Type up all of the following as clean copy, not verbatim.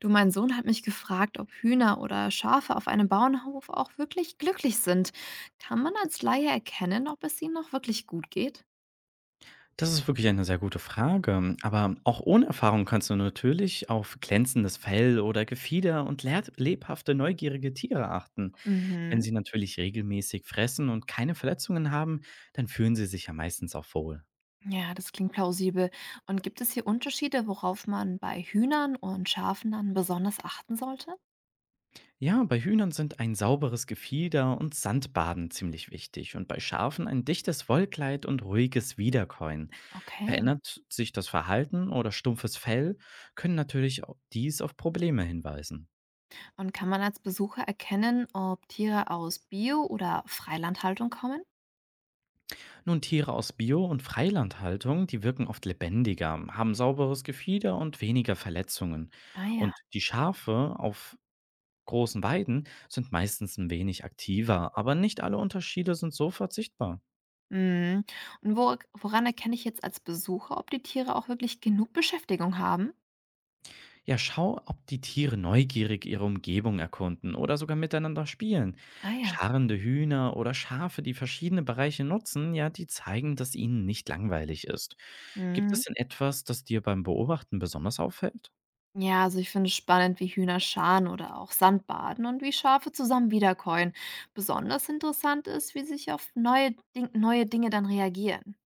Du, mein Sohn hat mich gefragt, ob Hühner oder Schafe auf einem Bauernhof auch wirklich glücklich sind. Kann man als Laie erkennen, ob es ihnen noch wirklich gut geht? Das ist wirklich eine sehr gute Frage. Aber auch ohne Erfahrung kannst du natürlich auf glänzendes Fell oder Gefieder und lebhafte, neugierige Tiere achten. Wenn Mhm. sie natürlich regelmäßig fressen und keine Verletzungen haben, dann fühlen sie sich ja meistens auch wohl. Ja, das klingt plausibel. Und gibt es hier Unterschiede, worauf man bei Hühnern und Schafen dann besonders achten sollte? Ja, bei Hühnern sind ein sauberes Gefieder und Sandbaden ziemlich wichtig und bei Schafen ein dichtes Wollkleid und ruhiges Wiederkäuen. Okay. Verändert sich das Verhalten oder stumpfes Fell, können natürlich auch dies auf Probleme hinweisen. Und kann man als Besucher erkennen, ob Tiere aus Bio- oder Freilandhaltung kommen? Nun, Tiere aus Bio- und Freilandhaltung, die wirken oft lebendiger, haben sauberes Gefieder und weniger Verletzungen. Ah ja. Und die Schafe auf großen Weiden sind meistens ein wenig aktiver, aber nicht alle Unterschiede sind sofort sichtbar. Mhm. Und woran erkenne ich jetzt als Besucher, ob die Tiere auch wirklich genug Beschäftigung haben? Ja, schau, ob die Tiere neugierig ihre Umgebung erkunden oder sogar miteinander spielen. Ah ja. Scharrende Hühner oder Schafe, die verschiedene Bereiche nutzen, ja, die zeigen, dass ihnen nicht langweilig ist. Gibt es Mhm. denn etwas, das dir beim Beobachten besonders auffällt? Ja, also ich finde es spannend, wie Hühner scharen oder auch Sandbaden und wie Schafe zusammen wiederkäuen. Besonders interessant ist, wie sich auf neue Dinge dann reagieren.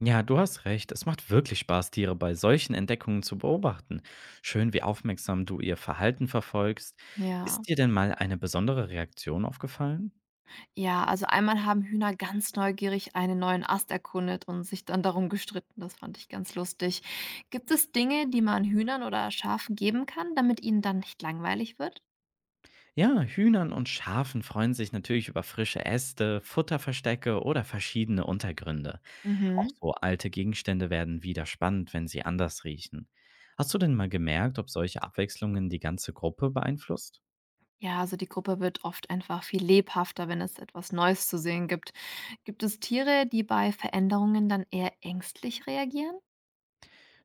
Ja, du hast recht. Es macht wirklich Spaß, Tiere bei solchen Entdeckungen zu beobachten. Schön, wie aufmerksam du ihr Verhalten verfolgst. Ja. Ist dir denn mal eine besondere Reaktion aufgefallen? Ja, also einmal haben Hühner ganz neugierig einen neuen Ast erkundet und sich dann darum gestritten. Das fand ich ganz lustig. Gibt es Dinge, die man Hühnern oder Schafen geben kann, damit ihnen dann nicht langweilig wird? Ja, Hühnern und Schafen freuen sich natürlich über frische Äste, Futterverstecke oder verschiedene Untergründe. Auch Mhm. so alte Gegenstände werden wieder spannend, wenn sie anders riechen. Hast du denn mal gemerkt, ob solche Abwechslungen die ganze Gruppe beeinflusst? Ja, also die Gruppe wird oft einfach viel lebhafter, wenn es etwas Neues zu sehen gibt. Gibt es Tiere, die bei Veränderungen dann eher ängstlich reagieren?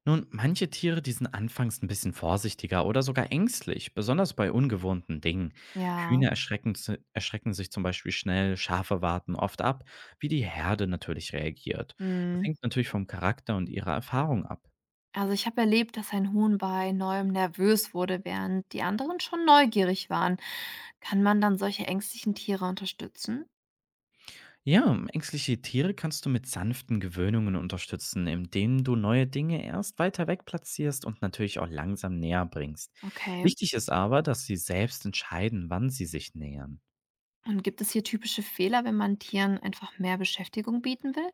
Nun, manche Tiere, die sind anfangs ein bisschen vorsichtiger oder sogar ängstlich, besonders bei ungewohnten Dingen. Ja. Hühner erschrecken, erschrecken sich zum Beispiel schnell, Schafe warten oft ab, wie die Herde natürlich reagiert. Das Hm. hängt natürlich vom Charakter und ihrer Erfahrung ab. Also ich habe erlebt, dass ein Huhn bei Neuem nervös wurde, während die anderen schon neugierig waren. Kann man dann solche ängstlichen Tiere unterstützen? Ja, ängstliche Tiere kannst du mit sanften Gewöhnungen unterstützen, indem du neue Dinge erst weiter weg platzierst und natürlich auch langsam näher bringst. Okay. Wichtig ist aber, dass sie selbst entscheiden, wann sie sich nähern. Und gibt es hier typische Fehler, wenn man Tieren einfach mehr Beschäftigung bieten will?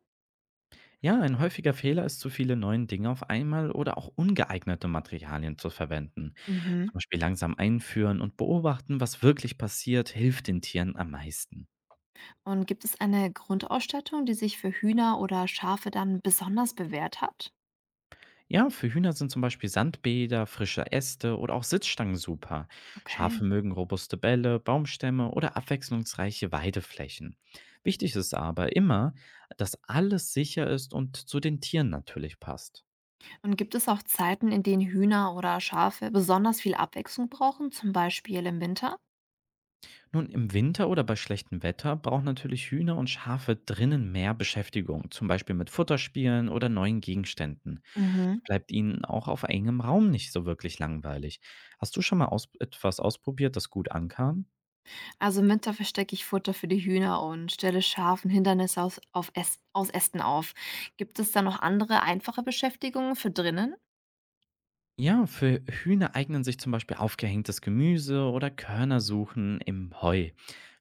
Ja, ein häufiger Fehler ist, zu viele neuen Dinge auf einmal oder auch ungeeignete Materialien zu verwenden. Mhm. Zum Beispiel langsam einführen und beobachten, was wirklich passiert, hilft den Tieren am meisten. Und gibt es eine Grundausstattung, die sich für Hühner oder Schafe dann besonders bewährt hat? Ja, für Hühner sind zum Beispiel Sandbäder, frische Äste oder auch Sitzstangen super. Okay. Schafe mögen robuste Bälle, Baumstämme oder abwechslungsreiche Weideflächen. Wichtig ist aber immer, dass alles sicher ist und zu den Tieren natürlich passt. Und gibt es auch Zeiten, in denen Hühner oder Schafe besonders viel Abwechslung brauchen, zum Beispiel im Winter? Nun, im Winter oder bei schlechtem Wetter brauchen natürlich Hühner und Schafe drinnen mehr Beschäftigung, zum Beispiel mit Futterspielen oder neuen Gegenständen. Mhm. So bleibt ihnen auch auf engem Raum nicht so wirklich langweilig. Hast du schon mal aus etwas ausprobiert, das gut ankam? Also im Winter verstecke ich Futter für die Hühner und stelle Schafen Hindernisse aus, aus Ästen auf. Gibt es da noch andere einfache Beschäftigungen für drinnen? Ja, für Hühner eignen sich zum Beispiel aufgehängtes Gemüse oder Körnersuchen im Heu.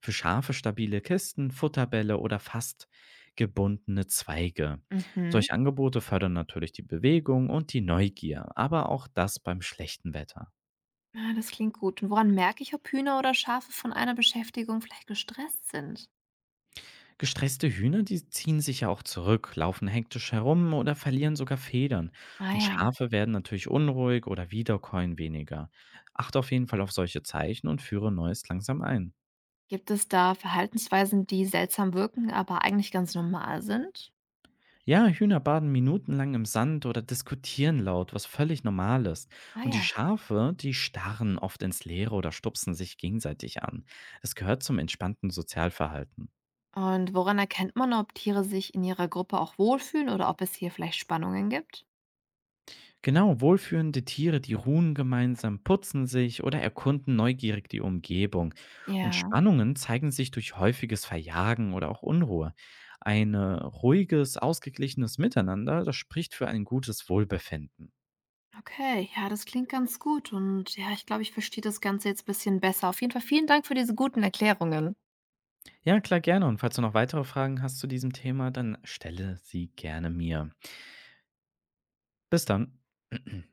Für Schafe stabile Kisten, Futterbälle oder fast gebundene Zweige. Mhm. Solche Angebote fördern natürlich die Bewegung und die Neugier, aber auch das beim schlechten Wetter. Ja, das klingt gut. Und woran merke ich, ob Hühner oder Schafe von einer Beschäftigung vielleicht gestresst sind? Gestresste Hühner, die ziehen sich ja auch zurück, laufen hektisch herum oder verlieren sogar Federn. Ah Und ja. Schafe werden natürlich unruhig oder wiederkäuen weniger. Achte auf jeden Fall auf solche Zeichen und führe Neues langsam ein. Gibt es da Verhaltensweisen, die seltsam wirken, aber eigentlich ganz normal sind? Ja, Hühner baden minutenlang im Sand oder diskutieren laut, was völlig normal ist. Ah Und die ja. Schafe, die starren oft ins Leere oder stupsen sich gegenseitig an. Es gehört zum entspannten Sozialverhalten. Und woran erkennt man, ob Tiere sich in ihrer Gruppe auch wohlfühlen oder ob es hier vielleicht Spannungen gibt? Genau, wohlführende Tiere, die ruhen gemeinsam, putzen sich oder erkunden neugierig die Umgebung. Und Ja. Spannungen zeigen sich durch häufiges Verjagen oder auch Unruhe. Ein ruhiges, ausgeglichenes Miteinander, das spricht für ein gutes Wohlbefinden. Okay, ja, das klingt ganz gut. Und ja, ich glaube, ich verstehe das Ganze jetzt ein bisschen besser. Auf jeden Fall vielen Dank für diese guten Erklärungen. Ja, klar, gerne. Und falls du noch weitere Fragen hast zu diesem Thema, dann stelle sie gerne mir. Bis dann.